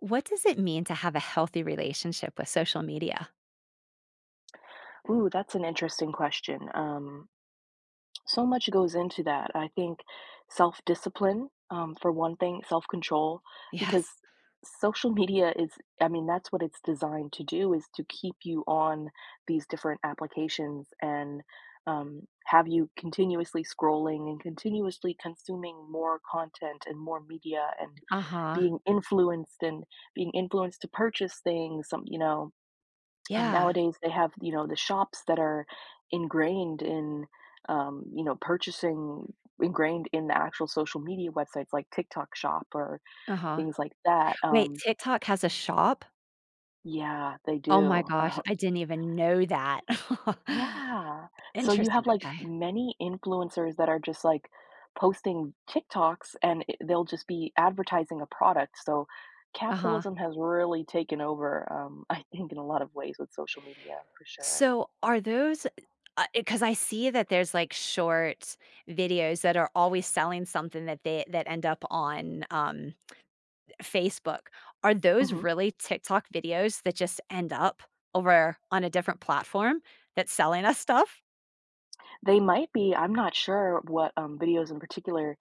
What does it mean to have a healthy relationship with social media? Ooh, that's an interesting question. So much goes into that. I think self discipline, for one thing, self control, because Yes. social media is, I mean, that's what it's designed to do is to keep you on these different applications and have you continuously scrolling and continuously consuming more content and more media Uh-huh. And being influenced to purchase things, some. Yeah. Nowadays, they have, you know, the shops that are ingrained in, you know, purchasing ingrained in the actual social media websites like TikTok Shop or Uh-huh. things like that. Wait, TikTok has a shop? Yeah, they Oh my do. gosh, I didn't even know that. Yeah. So you Interesting, have like okay. many influencers that are just like posting TikToks and they'll just be advertising a product. So Uh-huh. capitalism has really taken over, I think, in a lot of ways with social media for sure. So, are those because I see that there's, like, short videos that are always selling something that they that end up on, Facebook. Are those Mhm. really TikTok videos that just end up over on a different platform that's selling us stuff? They might be. I'm not sure what, videos in particular,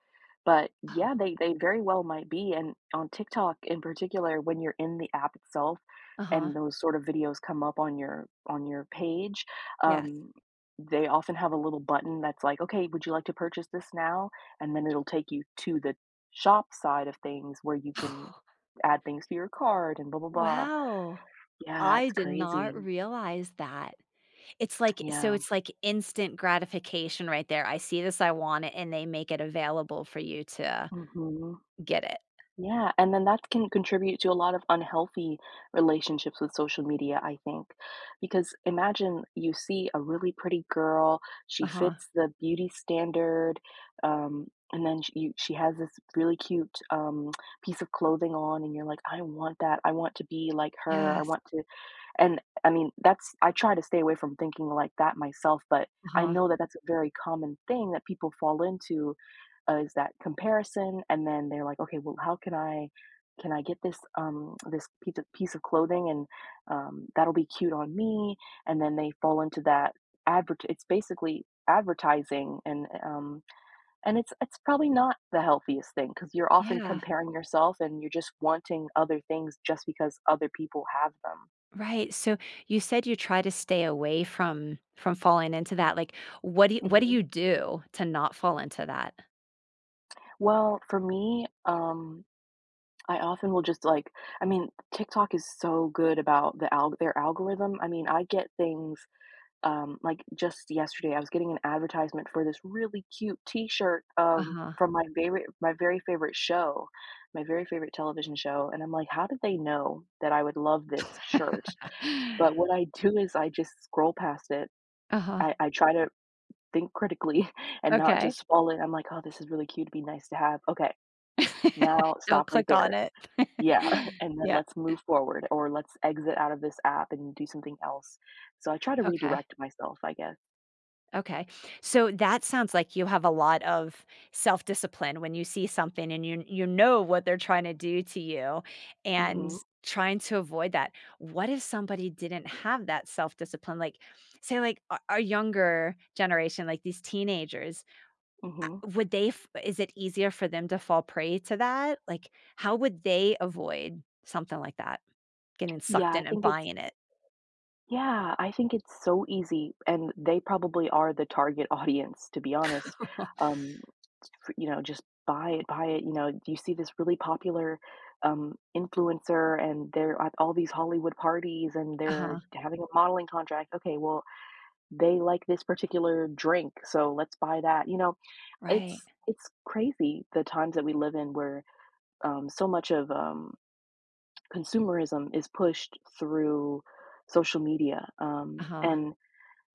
but yeah, Oh, they very well might be, and on TikTok in particular, when you're in the app itself uh-huh. and those sort of videos come up on your page, Yes. um, they often have a little button that's like, "Okay, would you like to purchase this now?" And then it'll take you to the shop side of things where you can add things to your card and blah, blah, blah. Wow. Yeah, I it's did crazy. not realize that. It's like Yeah. Instant gratification right there. I see this, I want it, and they make it available for you to Mhm. get it. Yeah, and then that can contribute to a lot of unhealthy relationships with social media, I think. Because imagine you see a really pretty girl, she Uh-huh. fits the beauty standard, and then she has this really cute piece of clothing on, and you're like, I want that. I want to be like her. I Yes. want to, and I mean, that's I try to stay away from thinking like that myself, but I Uh-huh. know that that's a very common thing that people fall into, is that comparison, and then they're like, "Okay, well, how can I get this this piece of clothing and that'll be cute on me?" And then they fall into that advert it's basically advertising and it's probably not the healthiest thing because you're often Yeah. comparing yourself and you're just wanting other things just because other people have them. Right. So you said you try to stay away from falling into that. Like what do you do to not fall into that? Well, for me, I often will just like, I mean, TikTok is so good about the alg their algorithm. I mean, I get things like just yesterday, I was getting an advertisement for this really cute T-shirt Uh-huh. My very favorite show, my very favorite television show, and I'm like, how did they know that I would love this shirt? But what I do is I just scroll past it. Uh-huh. I try to think critically and not Okay. just fall in. I'm like, oh, this is really cute. It'd be nice to have. Okay. Now Don't stop right click on there. it. Yeah, and then Yeah, let's move forward or let's exit out of this app and do something else. So I try to okay, redirect myself, I guess. okay. So that sounds like you have a lot of self-discipline when you see something and you know what they're trying to do to you and Mhm, trying to avoid that. What if somebody didn't have that self-discipline? Like, say, like, our younger generation, like these teenagers. uh, mhm. would they f is it easier for them to fall prey to that? Like, how would they avoid something like that, getting Yeah, sucked I in and think it's buying it? yeah, I think it's so easy, and they probably are the target audience, to be honest. Um, just buy it, you know, you see this really popular, influencer, and they're at all these Hollywood parties, and they're Uh-huh, having a modeling contract. Okay, well, they like this particular drink, so let's buy that. You know, right. it's crazy the times that we live in where so much of consumerism is pushed through social media, Uh-huh, and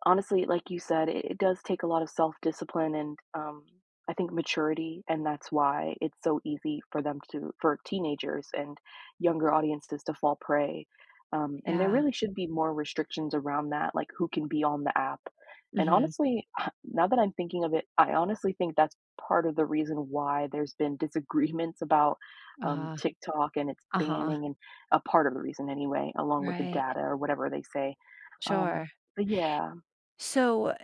honestly, like you said, it does take a lot of self-discipline and, I think maturity, and that's why it's so easy for them to for teenagers and younger audiences to fall prey, and there yeah. really should be more restrictions around that, like who can be on the app, and Mhm. honestly, now that I'm thinking of it, I honestly think that's part of the reason why there's been disagreements about, Uh, TikTok and its uh-huh, banning and a part of the reason anyway, along with the right. data or whatever they say, um, Sure. but yeah. So, a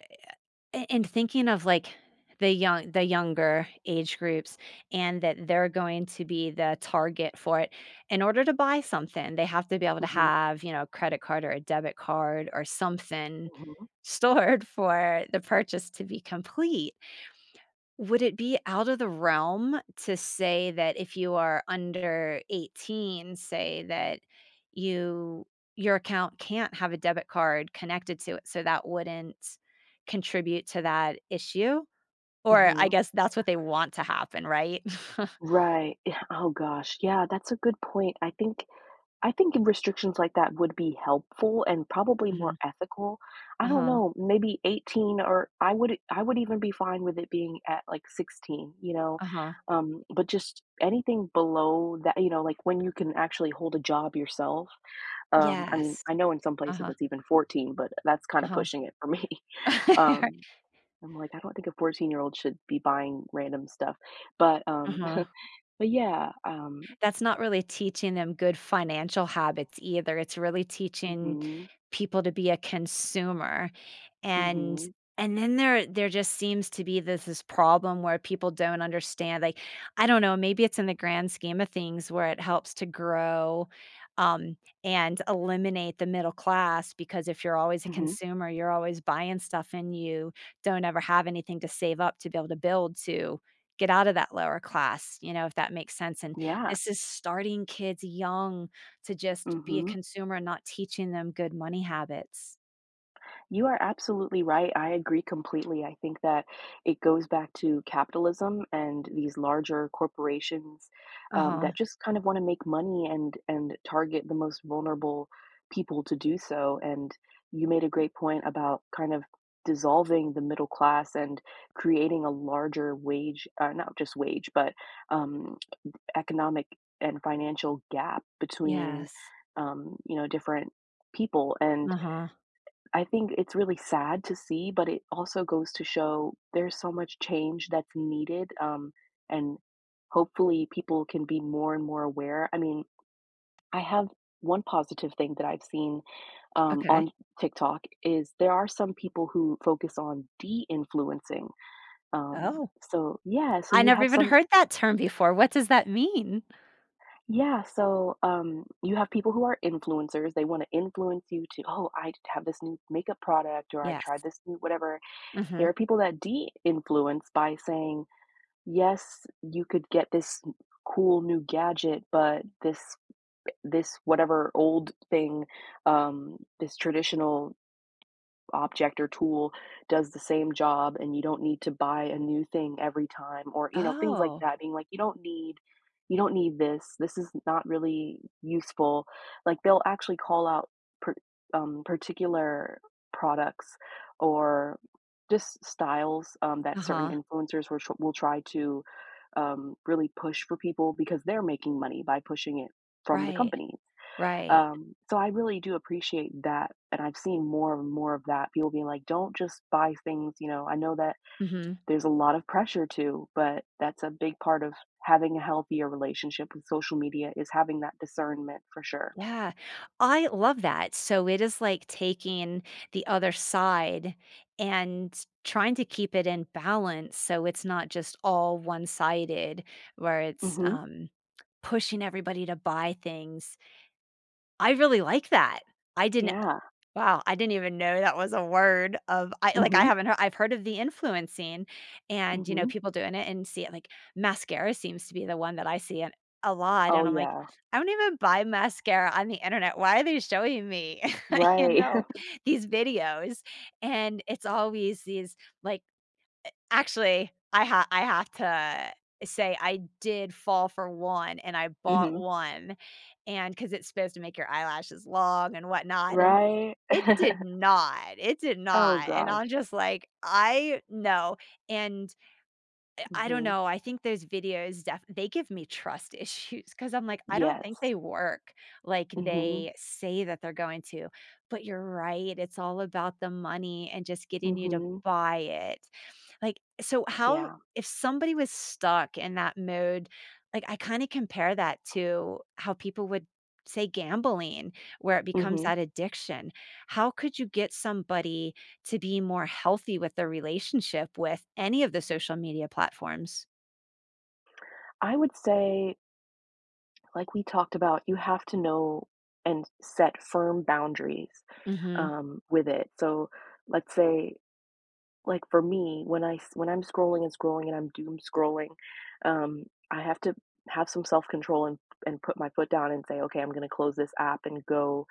and thinking of, like, the younger age groups and that they're going to be the target for it, in order to buy something, they have to be able to Mhm, have, you know, a credit card or a debit card or something mhm. stored for the purchase to be complete. Would it be out of the realm to say that if you are under 18, say that you your account can't have a debit card connected to it, so that wouldn't contribute to that issue? Or I Mhm. guess that's what they want to happen, right? Right. Yeah, oh gosh, yeah, that's a good point. I think restrictions like that would be helpful and probably Mhm. more ethical. I don't Uh-huh, know, maybe 18, or I would even be fine with it being at like 16, you know. uh-huh. But just anything below that, you know, like when you can actually hold a job yourself. I mean, Yes. I know in some places Uh-huh, it's even 14, but that's kind of uh-huh. pushing it for me. Um, I'm like, I don't think a 14-year-old should be buying random stuff. But Uh-huh. but yeah, That's not really teaching them good financial habits either, it's really teaching mhm people to be a consumer. mhm And mhm and then there just seems to be this problem where people don't understand, like, I don't know, maybe it's in the grand scheme of things where it helps to grow, um, and eliminate the middle class, because if you're always a mhm. consumer, you're always buying stuff and you don't ever have anything to save up to be able to build to get out of that lower class, you know, if that makes sense. And Yeah. this is starting kids young to just be a Mhm. consumer and not teaching them good money habits. You are absolutely right. I agree completely. I think that it goes back to capitalism and these larger corporations Uh-huh. that just kind of want to make money and target the most vulnerable people to do so. And you made a great point about kind of dissolving the middle class and creating a larger wage, not just wage, but um, economic and financial gap between Yes. You know different people, and Uh-huh. I think it's really sad to see, but it also goes to show there's so much change that's needed, and hopefully people can be more and more aware. I mean, I have one positive thing that I've seen Okay. on TikTok is there are some people who focus on de-influencing. Um, Oh. so yeah, so I you never have even some, heard that term before. What does that mean? yeah, so you have people who are influencers. They want to influence you to, oh, I have this new makeup product or I Yes. tried this new whatever. There Mhm. are people that de-influence by saying, "Yes, you could get this cool new gadget, but this whatever old thing, this traditional object or tool does the same job and you don't need to buy a new thing every time," or you know things like Oh. that being like you don't need, you don't need this, this is not really useful, like they'll actually call out per, particular products or just styles that certain Uh-huh. influencers will, will try to really push for people because they're making money by pushing it from the Right. company Right. So I really do appreciate that, and I've seen more and more of that. People being like, "Don't just buy things." You know, I know that Mhm. there's a lot of pressure too, but that's a big part of having a healthier relationship with social media is having that discernment for sure. Yeah. I love that. So it is like taking the other side and trying to keep it in balance so it's not just all one-sided, where it's, Hmm. Pushing everybody to buy things. I really like that. I didn't Yeah. Wow, I didn't even know that was a word of I like, I Hmm. haven't heard I've heard of the influencing and, you know, Hmm. people doing it and see it, like, mascara seems to be the one that I see it a lot, Oh and I'm like, yeah. "I don't even buy mascara on the internet, why are they showing me," you Right. know, these videos? And it's always these, like, Actually, I have to say I did fall for one, and I bought Hmm. one, and because it's supposed to make your eyelashes long and whatnot, and Right. it did not, Oh and gosh. I'm just like, "I no," and I don't Hmm. know, I think those videos def they give me trust issues, because 'cause I'm like, "I don't Yes. think they work like Hmm. they say that they're going to," but you're right, it's all about the money and just getting you to Hmm. buy it. Like, so how Yeah. if somebody was stuck in that mode, like, I kinda compare that to how people would say gambling, where it becomes Hmm. that addiction. How could you get somebody to be more healthy with their relationship with any of the social media platforms? I would say Like we talked about, you have to know and set firm boundaries Mhm. With it. So let's say like, for me, when I s when I'm scrolling and scrolling and I'm doom scrolling, um, I have to have some self-control and put my foot down and say, "Okay, I'm gonna close this app and go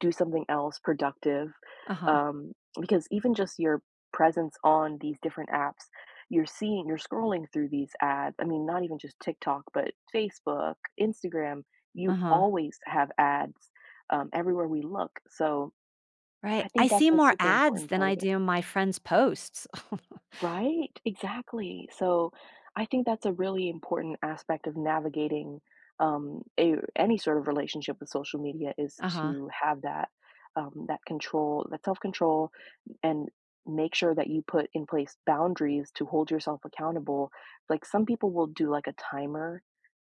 do something else productive." Uh-huh, Um, because even just your presence on these different apps, you're seeing, you're scrolling through these ads. I mean, not even just TikTok, but Facebook, Instagram, you uh-huh. always have ads, everywhere we look. So, I Right. I think that's see a more super ads important than part I of it. do my friends' posts. Right, exactly. So I think that's a really important aspect of navigating any sort of relationship with social media is Uh-huh. to have that that control, that self control, and make sure that you put in place boundaries to hold yourself accountable. Like some people will do like a timer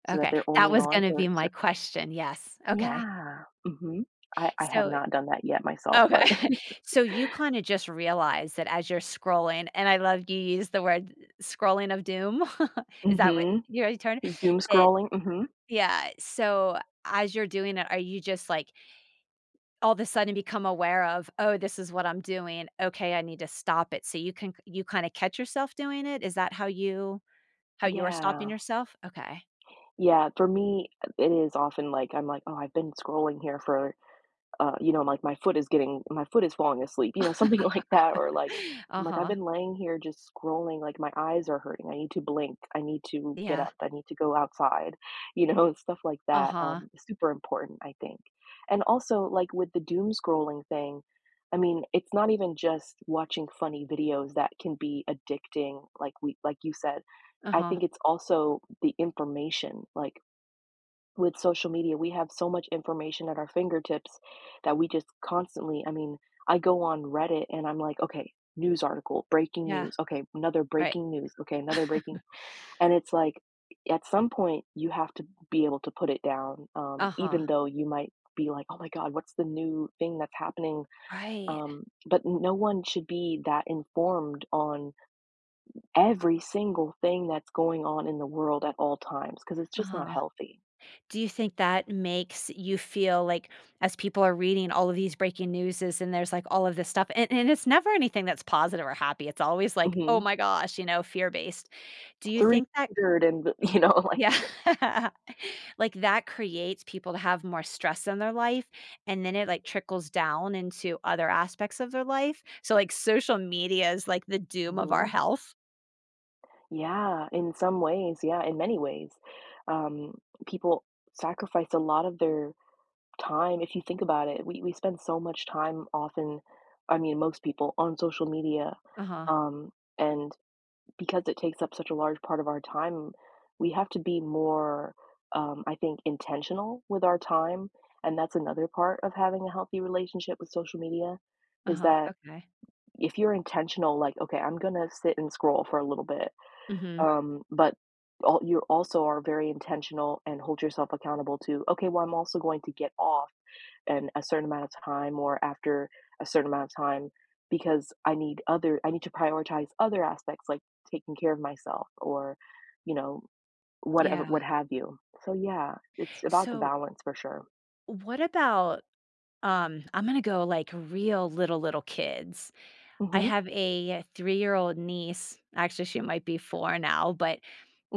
so that Okay. they're That only was on gonna for be my certain. question, yes. Okay. Yeah. Hmm. I have So not done that yet myself, okay. but So you kinda just realize that as you're scrolling, and I love you use the word scrolling of doom. Is that what hmm, your term? doom It scrolling. Hmm. yeah, so as you're doing it, are you just, like, all of a sudden become aware of, "Oh, this is what I'm doing. Okay, I need to stop it." So you kinda catch yourself doing it? Is that how you're stopping Yeah. yourself? Okay. Yeah, for me, it is often like I'm like, "Oh, I've been scrolling here for" you know, I'm like, My foot is falling asleep," you know, something like that, or like, I'm like, "I've Uh-huh. been laying here just scrolling, like, my eyes are hurting, I need to blink, I need to get Yeah. up, I need to go outside," you know, stuff like that, Uh-huh. Is super important, I think. And also, like, with the doom scrolling thing, I mean, it's not even just watching funny videos that can be addicting, like you said. I Uh-huh. think it's also the information, like, with social media, we have so much information at our fingertips that we just constantly, I mean, I go on Reddit and I'm like, "Okay, news article, breaking Yeah. news. Okay, another Right. breaking news. Okay, another breaking," and it's like, at some point, you have to be able to put it down, Uh-huh. even though you might be like, "Oh my god, what's the new thing that's happening?" Right. But no one should be that informed on every single thing that's going on in the world at all times because it's just not Uh-huh. healthy. Do you think that makes you feel like, as people are reading all of these breaking newses, and there's like all of this stuff and, it's never anything that's positive or happy. It's always like, oh Mhm. my gosh, you know, fear based. Do you think that 300 and you know, like yeah. Like that creates people to have more stress in their life, and then it like trickles down into other aspects of their life. So like social media is like the doom of our Mhm. health. Yeah, in some ways, yeah, in many ways. Um, people sacrifice a lot of their time, if you think about it. We spend so much time often, I mean, most people on social media, Uh-huh. um, and because it takes up such a large part of our time, we have to be more, I think, intentional with our time, and that's another part of having a healthy relationship with social media, is Uh-huh. that Okay. if you're intentional, like, okay, I'm gonna sit and scroll for a little bit, Mhm. But you also are very intentional and hold yourself accountable to, okay, well, I'm also going to get off in a certain amount of time or after a certain amount of time because I need to prioritize other aspects like taking care of myself or, you know, whatever, Yeah. what have you. So yeah, it's about the So balance for sure. what about I'm gonna go, like, real little, little kids. I Mm-hmm. have a three-year-old niece, actually, she might be four now, but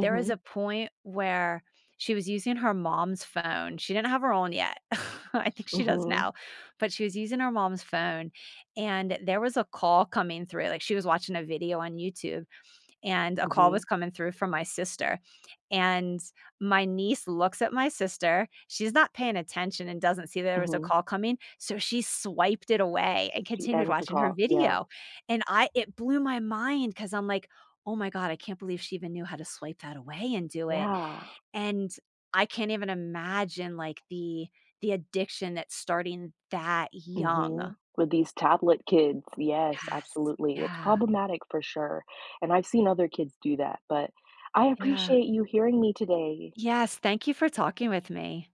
there was a point where she was using her mom's phone. She didn't have her own yet. I think she does Mm-hmm. now, but she was using her mom's phone, and there was a call coming through, like, she was watching a video on YouTube and a call Mm-hmm. was coming through from my sister, and my niece looks at my sister, she's not paying attention and doesn't see there was a Mm-hmm. call coming, so she swiped it away and She continued ends the watching her call. Yeah. video, and I it blew my mind because 'cause I'm like, "Oh my god, I can't believe she even knew how to swipe that away and do it," Yeah. and I can't even imagine, like, the addiction that's starting that young. Mhm. With these tablet kids, yes, Yes. absolutely. It's Yeah. problematic for sure, and I've seen other kids do that, but I Yeah. appreciate you hearing me today. Yes, thank you for talking with me.